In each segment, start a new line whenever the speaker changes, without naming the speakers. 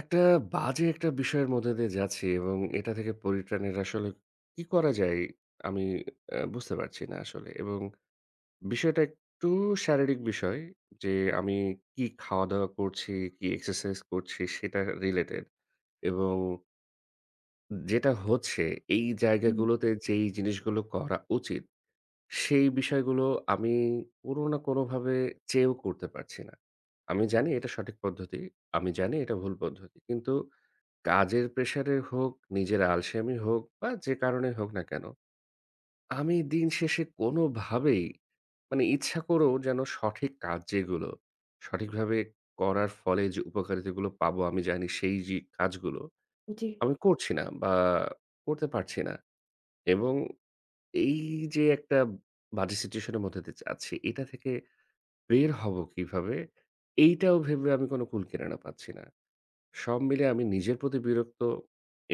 একটা বাজে একটা বিষয়ের মধ্যে দিয়ে যাচ্ছি এবং এটা থেকে পরিত্রাণের আসলে কি করা যায় আমি বুঝতে পারছি না আসলে। এবং বিষয়টা একটু শারীরিক বিষয় যে আমি কি খাওয়া-দাওয়া করছি, কি এক্সারসাইজ করছি সেটা রিলেটেড। এবং যেটা হচ্ছে এই
হুম,
জায়গাগুলোতে যেই জিনিসগুলো করা উচিত, সেই বিষয়গুলো আমি কোনো না কোনোভাবে চেয়েও করতে পারছি না। আমি জানি এটা সঠিক পদ্ধতি, আমি জানি এটা ভুল পদ্ধতি। কিন্তু কাজের প্রেশারে হোক, নিজের আলসেমি হোক বা যে কারণেই হোক না কেন, আমি দিন শেষে কোনোভাবেই মানে ইচ্ছা করেও যেন সঠিক কাজ যেগুলো, সঠিকভাবে করার ফলে যে উপকারিতাগুলো পাবো আমি জানি সেই যে কাজগুলো,
জি।
আমি করছি না বা করতে পারছি না। এবং এই যে একটা বাজে সিচুয়েশন এর মধ্যে দিয়ে যাচ্ছি, এটা থেকে বের হবো কিভাবে? এইটাও ভেবে আমি কোনো কুল কিনারা পাচ্ছি না। সব মিলে আমি নিজের প্রতি বিরক্ত।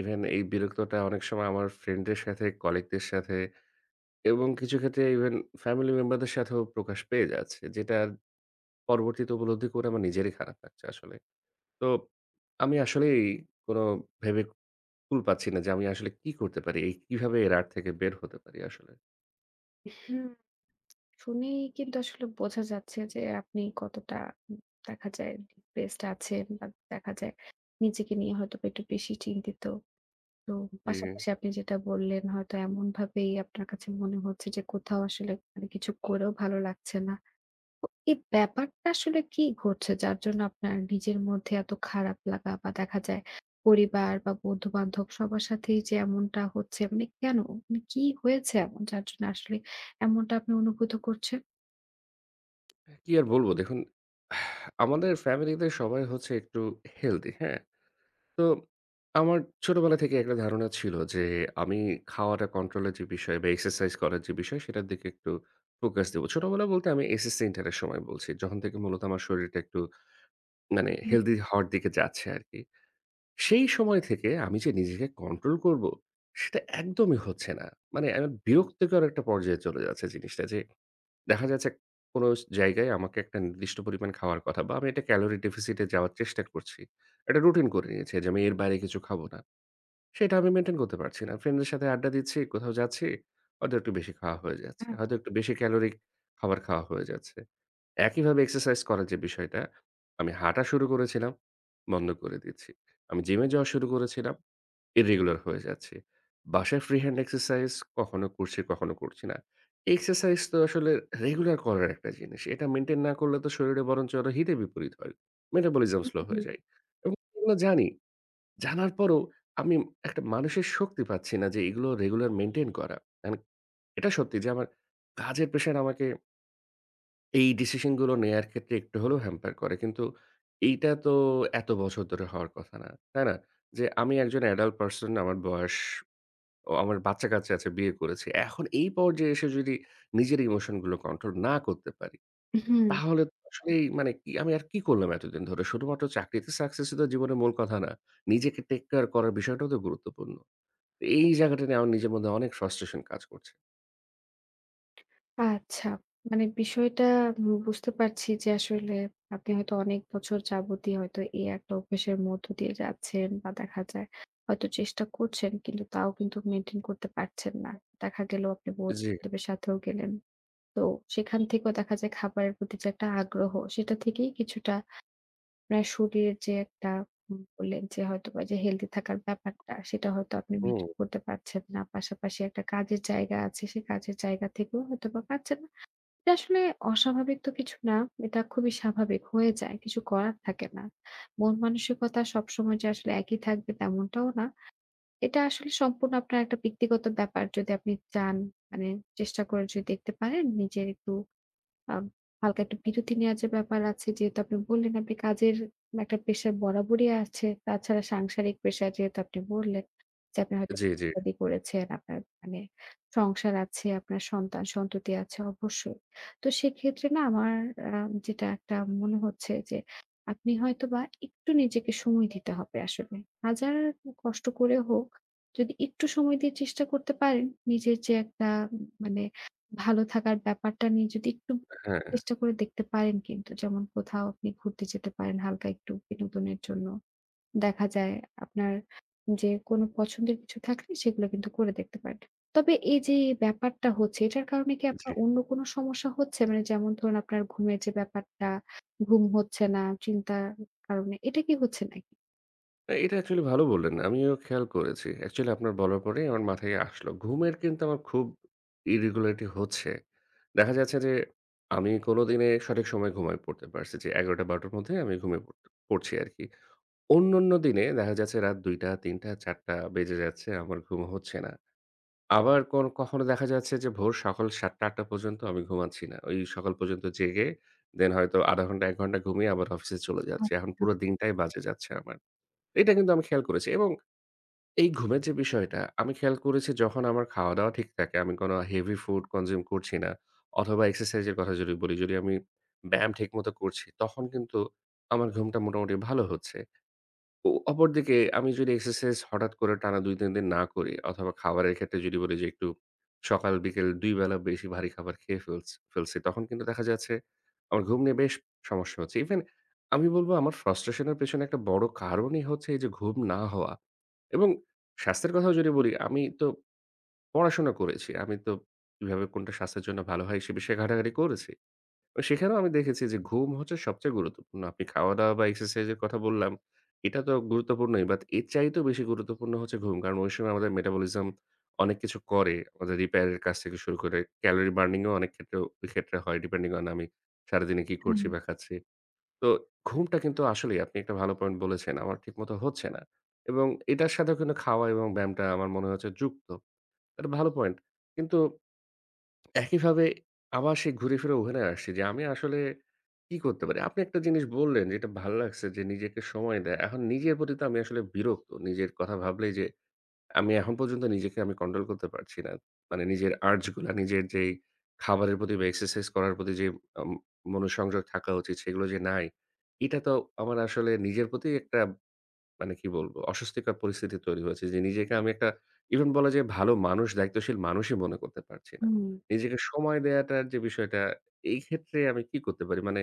ইভেন এই বিরক্তটা অনেক সময় আমার ফ্রেন্ডদের সাথে, কলিগদের সাথে এবং কিছু ক্ষেত্রে ইভেন ফ্যামিলি মেম্বারদের সাথেও প্রকাশ পেয়ে যাচ্ছে। যেটা পরবর্তীতে উপলব্ধি করে আমার নিজেরই খারাপ লাগছে আসলে। তো আমি আসলেই কোনো ভেবে কুল পাচ্ছি না যে আমি আসলে কি করতে পারি? এই কিভাবে এর আঁট থেকে বের হতে পারি আসলে?
হুম। শুনেই কিন্তু আসলে বোঝা যাচ্ছে যে আপনি কতটা উম দেখা যায় ডিপ্রেসড আছেন বা দেখা যায় নিজেকে নিয়ে হয়তোবা একটু বেশি চিন্তিত। তো
জি,
পাশাপাশি আপনি যেটা বললেন হয়তো এমনভাবেই আপনার কাছে মনে হচ্ছে যে কোথাও আসলে মানে কিছু করেও ভালো লাগছে না। তো এই ব্যাপারটা আসলে কি ঘটছে যার জন্য আপনার নিজের মধ্যে এত খারাপ লাগা বা দেখা যায় পরিবার বা বন্ধু-বান্ধব সবার সাথেই যে এমনটা হচ্ছে মানে কেন? মানে কি হয়েছে এমন যার জন্য আসলে এমনটা আপনি অনুভূত করছেন?
কি আর বলব দেখুন আমাদের ফ্যামিলিতে সবাই হচ্ছে একটু হেলথি, হ্যাঁ? তো আমার ছোটবেলা থেকে একটা ধারণা ছিল যে আমি খাওয়াটা কন্ট্রোলের যে বিষয় বা এক্সারসাইজ করার যে বিষয় সেটার দিকে একটু ফোকাস দেবো। ছোটবেলা বলতে আমি এসএসসি ইন্টারের সময় বলছি। যখন থেকে মূলত আমার শরীরটা একটু মানে
হুম।
হেলদি হওয়ার দিকে যাচ্ছে আরকি। সেই সময় থেকে আমি যে নিজেকে কন্ট্রোল করব সেটা একদমই হচ্ছে না। মানে আমার বিরক্তিকর একটা পর্যায়ে চলে যাচ্ছে জিনিসটা যে দেখা যাচ্ছে কোনো জায়গায় আমাকে একটা নির্দিষ্ট পরিমাণ খাওয়ার কথা বা আমি একটা ক্যালোরি ডেফিসিট এ যাওয়ার চেষ্টা করছি। একটা রুটিন করে নিয়েছি যে আমি এর বাইরে কিছু খাবো না। সেটা আমি মেইনটেইন করতে পারছি না। ফ্রেন্ডদের সাথে আড্ডা দিচ্ছি, কোথাও যাচ্ছি, হয়তো একটু বেশি খাওয়া হয়ে যাচ্ছে। হয়তো একটু বেশি ক্যালোরিক খাবার খাওয়া হয়ে যাচ্ছে। একইভাবে এক্সারসাইজ করার যে বিষয়টা, আমি হাঁটা শুরু করেছিলাম, বন্ধ করে দিচ্ছি। আমি জিমে যাওয়া শুরু করেছিলাম, ইররেগুলার হয়ে যাচ্ছি। বাসায় ফ্রি হ্যান্ড এক্সারসাইজ কখনো করছি, কখনো করছি না। এক্সারসাইজ তো আসলে রেগুলার করার একটা জিনিস। এটা মেইনটেইন না করলে তো শরীরে বরঞ্চ আরো হিতে বিপরীত হয়। মেটাবলিজম স্লো হয়ে যায় এবং এগুলো জানি। জানার পরও আমি একটা মানুষের শক্তি পাচ্ছি না যে এগুলো রেগুলার মেইনটেইন করা। মানে এটা সত্যি যে আমার কাজের প্রেশার আমাকে এই ডিসিশন গুলো নেয়ার ক্ষেত্রে একটু হলেও হ্যাম্পার করে। কিন্তু এইটা তো এত বছর ধরে হওয়ার কথা না। তাই না? যে আমি একজন অ্যাডাল্ট পারসন আমার বয়স ও আমার বাচ্চা-কাচ্চা আছে, বিয়ে করেছি। এখন এই পর্যায়ে এসে যদি নিজের ইমোশন গুলো কন্ট্রোল না করতে পারি
হুম।
তাহলে তো আসলেই মানে কি আমি আর কি করলাম এতদিন ধরে? শুধুমাত্র চাকরিতে সাকসেসই তো জীবনের মূল কথা না। নিজেকে টেক কেয়ার করার বিষয়টাও তো গুরুত্বপূর্ণ। এই জায়গাটা নিয়ে আমার নিজের মধ্যে অনেক ফ্রাস্ট্রেশন কাজ করছে।
আচ্ছা। মানে বিষয়টা বুঝতে পারছি যে আসলে আপনি হয়তো অনেক বছর যাবতই হয়তো এই একটা অভ্যাসের মধ্য দিয়ে যাচ্ছেন বা দেখা যায় হয়তো চেষ্টা করছেন কিন্তু তাও কিন্তু মেইনটেইন করতে পারছেন না। দেখা গেল আপনি
জি,
বন্ধুদের সাথেও গেলেন। তো সেখান থেকেও দেখা যায় খাবারের প্রতি যে একটা আগ্রহ সেটা থেকেই কিছুটা আপনার শরীরের যে একটা বললেন যে হয়তোবা যে হেলথি থাকার ব্যাপারটা সেটা হয়তো আপনি
হুম,
মেইনটেইন করতে পারছেন না। পাশাপাশি একটা কাজের জায়গা আছে, সেই কাজের জায়গা থেকেও হয়তোবা পাচ্ছেন এটা আসলে অস্বাভাবিক তো কিছু না। এটা খুবই স্বাভাবিক হয়ে যায়। কিছু করার থাকে না। মন মানসিকতা সবসময় যে আসলে একই থাকবে তেমনটাও না। এটা আসলে সম্পূর্ণ আপনার একটা ব্যক্তিগত ব্যাপার। যদি আপনি চান মানে চেষ্টা করে যদি দেখতে পারেন নিজের একটু আম হালকা একটু বিরতি নেওয়ার যে ব্যাপার আছে, যেহেতু আপনি বললেন আপনি কাজের একটা প্রেশার বরাবরই আছে। তাছাড়া সাংসারিক প্রেশার যেহেতু আপনি বললেন যে আপনি হয়তো
জি, জি,
শাদি করেছেন, আপনার মানে সংসার আছে, আপনার সন্তান-সন্ততি আছে অবশ্যই। তো সেক্ষেত্রে না আমার আ যেটা একটা মনে হচ্ছে যে আপনি হয়তোবা একটু নিজেকে সময় দিতে হবে আসলে। হাজার কষ্ট করে হোক, যদি একটু সময় দিয়ে চেষ্টা করতে পারেন, নিজের যে একটা মানে ভালো থাকার ব্যাপারটা নিয়ে যদি একটু
হ্যাঁ,
চেষ্টা করে দেখতে পারেন কিন্তু। যেমন কোথাও আপনি ঘুরতে যেতে পারেন হালকা একটু বিনোদনের জন্য। দেখা যায় আপনার যে কোনো পছন্দের কিছু থাকলে সেগুলো কিন্তু করে দেখতে পারেন। তবে এই যে ব্যাপারটা হচ্ছে এটার কারণে কি
জি।
আপনার অন্য কোনো সমস্যা হচ্ছে? মানে যেমন ধরুন আপনার ঘুমের যে ব্যাপারটা, ঘুম হচ্ছে না চিন্তার কারণে। এটা কি হচ্ছে নাকি?
না এটা অ্যাকচুয়ালি ভালো বললেন। আমিও খেয়াল করেছি। অ্যাকচুয়ালি আপনার বলার পরেই আমার মাথায় আসলো। ঘুমের কিন্তু আমার খুব ইরেগুলারিটি হচ্ছে। দেখা যাচ্ছে যে আমি কোনো দিনে সঠিক সময়ে ঘুমায় পড়তে পারছি যে ১১ঃ০০ ১২ঃ০০ র মধ্যে আমি ঘুমিয়ে পড়ছি আরকি। অন্যান্য দিনে দেখা যাচ্ছে রাত ২ঃ০০, ৩ঃ০০, ৪ঃ০০ বেজে যাচ্ছে, আমার ঘুম হচ্ছে না। আবার কোন কখনো দেখা যাচ্ছে যে ভোর সকাল ৭ঃ০০, ৮ঃ০০ পর্যন্ত আমি ঘুমাচ্ছি না। ওই সকাল পর্যন্ত জেগে দেন হয়তো ০.৫ ঘন্টা, ১ ঘন্টা ঘুমিয়ে আবার অফিসে চলে যাচ্ছি। এখন
আচ্ছা,
পুরো দিনটাই বাজে যাচ্ছে আমার। এটা কিন্তু আমি খেয়াল করেছি এবং এই ঘুমের যে বিষয়টা আমি খেয়াল করেছি যখন আমার খাওয়া-দাওয়া ঠিক থাকে, আমি কোনো হেভি ফুড কনজিউম করছি না অথবা এক্সারসাইজ এর কথা যদি বলি, যদি আমি ব্যায়াম ঠিকমতো করছি তখন কিন্তু আমার ঘুমটা মোটামুটি ভালো হচ্ছে। ও অপরদিকে আমি যদি এক্সারসাইজ হঠাৎ করে টানা ২-৩ দিন না করি অথবা খাবারের ক্ষেত্রে যদি বলি যে একটু সকাল বিকেল ২ বেলা বেশি ভারী খাবার খেয়ে ফেলছি ফেলছি, তখন কিন্তু দেখা যাচ্ছে আমার ঘুম নিয়ে বেশ সমস্যা হচ্ছে। ইভেন আমি বলব আমার ফ্রাস্ট্রেশন এর পেছনে একটা বড় কারণই হচ্ছে এই যে ঘুম না হওয়া। এবং স্বাস্থ্যের কথাও যদি বলি, আমি তো পড়াশোনা করেছি। আমি তো কিভাবে কোনটা স্বাস্থ্যের জন্য ভালো হয় সে বিষয়ে ঘাটাঘাটি করেছি। তো সেখানেও আমি দেখেছি যে ঘুম হচ্ছে সবচেয়ে গুরুত্বপূর্ণ। আপনি খাওয়া-দাওয়া বা এক্সারসাইজ এর কথা বললাম, এটা তো গুরুত্বপূর্ণই। বাট এর চাইতেও বেশি গুরুত্বপূর্ণ হচ্ছে ঘুম। কারণ ওই সময় আমাদের মেটাবলিজম অনেক কিছু করে। আমাদের রিপেয়ার এর কাজ থেকে শুরু করে ক্যালোরি বার্নিং ও অনেক ক্ষেত্রে ওই ক্ষেত্রে হয় ডিপেন্ডিং অন আমি সারাদিনে কি
হ্যাঁ।
করছি বা খাচ্ছি। তো ঘুমটা কিন্তু আসলেই আপনি একটা ভালো পয়েন্ট বলেছেন। আমার ঠিকমতো হচ্ছে না। এবং এটার সাথেও কিন্তু খাওয়া এবং ব্যায়ামটা আমার মনে হচ্ছে যুক্ত। এটা ভালো পয়েন্ট। কিন্তু একইভাবে আবার সেই ঘুরে ফিরে ওখানে আসছি যে আমি আসলে কি করতে পারি? আপনি একটা জিনিস বললেন যেটা ভাল লাগছে যে নিজেকে সময় দেয়া। এখন নিজের প্রতি তো আমি আসলে বিরক্ত। নিজের কথা ভাবলেই যে আমি এখন পর্যন্ত নিজেকে আমি কন্ট্রোল করতে পারছি না। মানে নিজের আর্জ গুলা, নিজের যেই খাবারের প্রতি বা এক্সারসাইজ করার প্রতি যে আম মনোসংযোগ থাকা উচিত সেগুলো যে নাই, এটা তো আমার আসলে নিজের প্রতি একটা মানে কি বলবো? অস্বস্তিকর পরিস্থিতি তৈরি হয়েছে যে নিজেকে আমি একটা ইভেন বলা যায় ভালো মানুষ, দায়িত্বশীল মানুষই মনে করতে পারছি না।
হুম।
নিজেকে সময় দেয়াটার যে বিষয়টা, এই ক্ষেত্রে আমি কি করতে পারি? মানে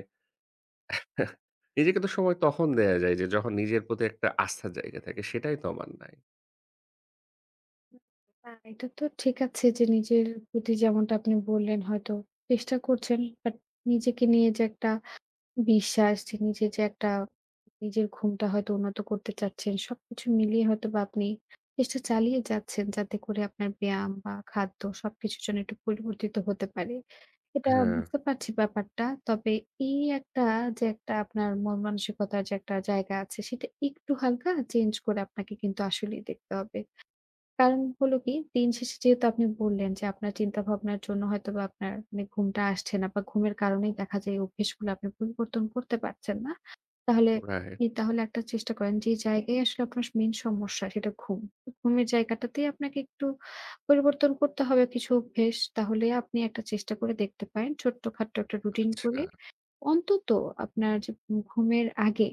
নিজেকে তো সময় তখন দেয়া যায় যে যখন নিজের প্রতি একটা আস্থার জায়গা থাকে, সেটাই তো আমার নাই।
না এটা তো ঠিক আছে যে নিজের প্রতি যেমনটা আপনি বললেন হয়তো চেষ্টা করছেন। বাট নিজেকে নিয়ে যে একটা বিশ্বাস যে নিজের যে একটা নিজের ঘুমটা হয়তো উন্নত করতে চাচ্ছেন। সবকিছু মিলিয়ে হয়তোবা আপনি চেষ্টা চালিয়ে যাচ্ছেন যাতে করে আপনার ব্যায়াম বা খাদ্য সবকিছুর জন্য একটু পরিবর্তিত হতে পারে। এটা
হ্যাঁ,
বুঝতে পারছি ব্যাপারটা। তবে এই একটা যে একটা আপনার মন মানসিকতার যে একটা জায়গা আছে সেটা একটু হালকা চেঞ্জ করে আপনাকে কিন্তু আসলেই দেখতে হবে। কারণ হলো কি, দিন শেষে যেহেতু আপনি বললেন যে, আপনার চিন্তাভাবনার জন্য হয়তোবা আপনার মানে ঘুমটা আসছে না বা ঘুমের কারণেই দেখা যায় এই অভ্যেসগুলো আপনি পরিবর্তন করতে পারছেন না। তাহলে
রাইট।
তাহলে একটা চেষ্টা করেন যে জায়গায় আসলে আপনার মেইন সমস্যা সেটা ঘুম। ঘুমের জায়গাটাতেই আপনাকে একটু পরিবর্তন করতে হবে কিছু অভ্যেস। তাহলে আপনি একটা চেষ্টা করে দেখতে পারেন ছোট্টখাট্ট একটা রুটিন
আচ্ছা।
করে অন্তত আপনার যে ঘুমের আগে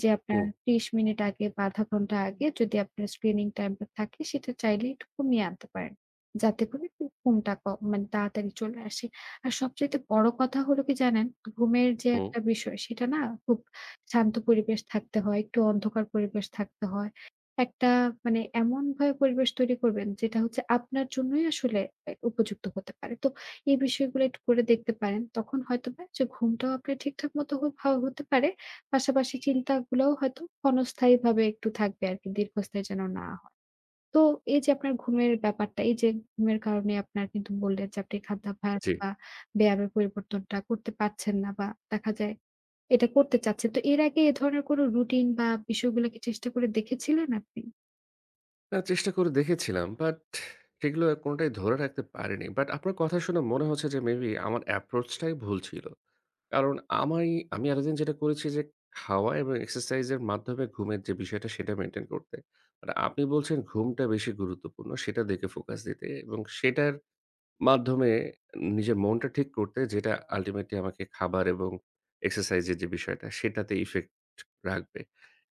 যে আপনার
হুম,
৩০ মিনিট আগে বা আধা ঘন্টা আগে যদি আপনার স্ক্রিনিং টাইমটা থাকে সেটা চাইলে একটু কমিয়ে আনতে পারেন। যাতে করে একটু ঘুমটা ক মানে তাড়াতাড়ি চলে আসে। আর সবচাইতে বড় কথা হলো কি জানেন? ঘুমের যে
হুম।
একটা বিষয় সেটা না খুব শান্ত পরিবেশ থাকতে হয়, একটু অন্ধকার পরিবেশ থাকতে হয়। একটা মানে এমনভাবে পরিবেশ তৈরি করবেন যেটা হচ্ছে আপনার জন্যই আসলে এ উপযুক্ত হতে পারে। তো এই বিষয়গুলো একটু করে দেখতে পারেন। তখন হয়তোবা যে ঘুমটাও আপনার ঠিকঠাক মতো হ হা হতে পারে। পাশাপাশি চিন্তাগুলোও হয়তো ক্ষণস্থায়ীভাবে একটু থাকবে আরকি দীর্ঘস্থায়ী যেন না হয়। তো এই যে আপনার ঘুমের ব্যাপারটা, এই যে ঘুমের কারণে আপনার কিন্তু বললেন যে আপনি খাদ্যাভ্যাস
জি।
বা ব্যায়ামের পরিবর্তনটা করতে পারছেন না বা দেখা যায় এটা করতে চাচ্ছেন। তো এর আগে এ ধরনের কোনো রুটিন বা বিষয়গুলো কি চেষ্টা করে দেখেছিলেন আপনি?
না চেষ্টা করে দেখেছিলাম বাট সেগুলো কোনটাই ধরে রাখতে পারিনি। বাট আপনার কথা শুনে মনে হচ্ছে যে মেবি আমার অ্যাপ্রোচটাই ভুল ছিল। কারণ আমাই আমি এতদিন যেটা করেছি যে, খাওয়া এবং এক্সারসাইজ এর মাধ্যমে ঘুমের যে বিষয়টা সেটা মেইনটেইন করতে। মানে আপনি বলছেন ঘুমটা বেশি গুরুত্বপূর্ণ সেটার দিকে ফোকাস দিতে এবং সেটার মাধ্যমে নিজের মনটা ঠিক করতে যেটা আল্টিমেটলি আমাকে খাবার এবং এক্সারসাইজ এর যে বিষয়টা সেটাতে ইফেক্ট রাখবে।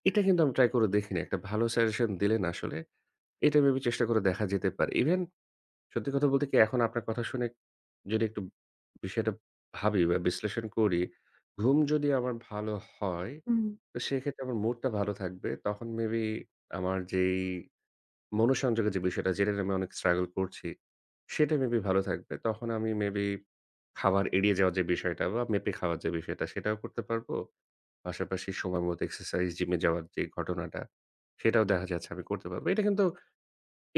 এটা কিন্তু আমি ট্রাই করে দেখিনি। একটা ভালো সাজেশন দিলেন আসলে। এটা মেবি চেষ্টা করে দেখা যেতে পারে। ইভেন সত্যি কথা বলতে কি এখন আপনার কথা শুনে যদি একটু বিষয়টা ভাবি বা বিশ্লেষণ করি, ঘুম যদি আমার ভালো হয়,
হুম,
তো সেক্ষেত্রে আমার মুডটা ভালো থাকবে। তখন মেবি আমার যেই মনোসংযোগের যে বিষয়টা, যেটা নিয়ে আমি অনেক struggle করছি, সেটা মেবি ভালো থাকবে। তখন আমি মেবি খাবার এড়িয়ে যাওয়ার যে বিষয়টা বা মেপে খাওয়ার যে বিষয়টা, সেটাও করতে পারবো। পাশাপাশি সময়মতো এক্সারসাইজ, জিমে যাওয়ার যে ঘটনাটা, সেটাও দেখা যাচ্ছে আমি করতে পারবো। এটা কিন্তু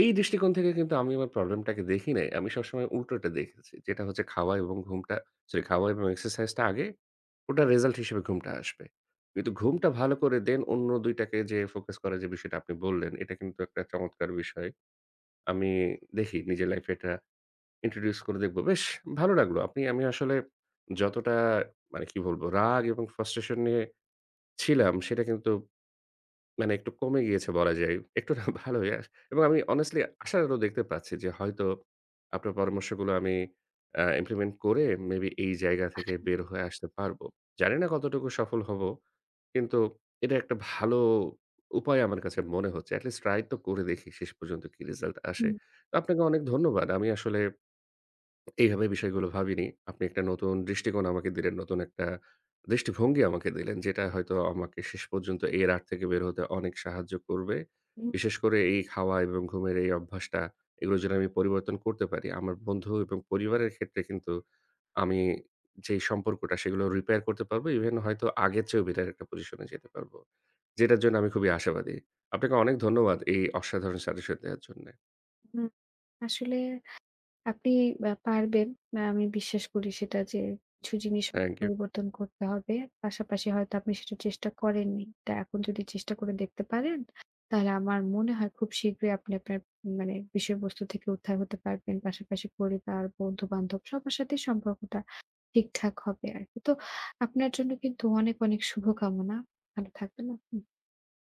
এই দৃষ্টিকোণ থেকে কিন্তু আমি আমার প্রবলেমটাকে দেখি নাই। আমি সবসময় উল্টোটা দেখেছি। যেটা হচ্ছে খাওয়া এবং ঘুমটা সরি খাওয়া এবং এক্সারসাইজটা আগে, ওটার রেজাল্ট হিসেবে ঘুমটা আসবে। কিন্তু ঘুমটা ভালো করে দেন অন্য ২ টাকে যে ফোকাস করার যে বিষয়টা আপনি বললেন, এটা কিন্তু একটা চমৎকার বিষয়। আমি দেখি নিজের লাইফে এটা ইন্ট্রোডিউস করে দেখব। বেশ ভালো লাগলো। আপনি আমি আসলে যতটা মানে কি বলবো রাগ এবং ফ্রাস্ট্রেশন নিয়ে ছিলাম সেটা কিন্তু মানে একটু কমে গিয়েছে বলা যায়। একটু না ভালোই এবং আমি honestly আশা আলো দেখতে পাচ্ছি যে হয়তো আপনার পরামর্শগুলো আমি implement করে মেবি এই জায়গা থেকে বের হয়ে আসতে পারবো। জানি না কতটুকু সফল হবো। কিন্তু এটা একটা ভালো উপায় আমার কাছে মনে হচ্ছে। এট লিস্ট ট্রাই তো করে দেখি শেষ পর্যন্ত কি রেজাল্ট আসে।
হুম,
তো আপনাকে অনেক ধন্যবাদ। আমি আসলে এইভাবে বিষয়গুলো ভাবিনি। আপনি একটা নতুন দৃষ্টিকোণ আমাকে দিলেন, নতুন একটা দৃষ্টিভঙ্গি আমাকে দিলেন, যেটা হয়তো আমাকে শেষ পর্যন্ত এর আঁট থেকে বের হতে অনেক সাহায্য করবে।
হুম,
বিশেষ করে এই খাওয়া এবং ঘুমের এই অভ্যাসটা, এগুলো যেন আমি পরিবর্তন করতে পারি। আমার বন্ধু এবং পরিবারের ক্ষেত্রে কিন্তু আমি যেই সম্পর্কটা, সেগুলো রিপেয়ার করতে পারবো। ইভেন হয়তো আগের চেয়েও বেটার একটা পজিশনে যেতে পারবো। যেটার জন্য আমি খুবই আশাবাদী। আপনাকে অনেক ধন্যবাদ এই অসাধারণ সাজেশন দেওয়ার জন্যে।
হুম। আসলে আপনি পারবেন। আমি বিশ্বাস করি সেটা যে কিছু জিনিস হয়তো
থ্যাংক ইউ।
পরিবর্তন করতে হবে। পাশাপাশি হয়তো আপনি সেটা চেষ্টা করেননি। তা এখন যদি চেষ্টা করে দেখতে পারেন, তাহলে আমার মনে হয় খুব শীঘ্রই আপনি আপনার মানে বিষয়বস্তু থেকে উদ্ধার হতে পারবেন। পাশাপাশি পরিবার, বন্ধু-বান্ধব সবার সাথে সম্পর্কটা ঠিকঠাক হবে আরকি। তো আপনার জন্য কিন্তু অনেক, অনেক শুভকামনা। ভালো থাকবেন আপনি।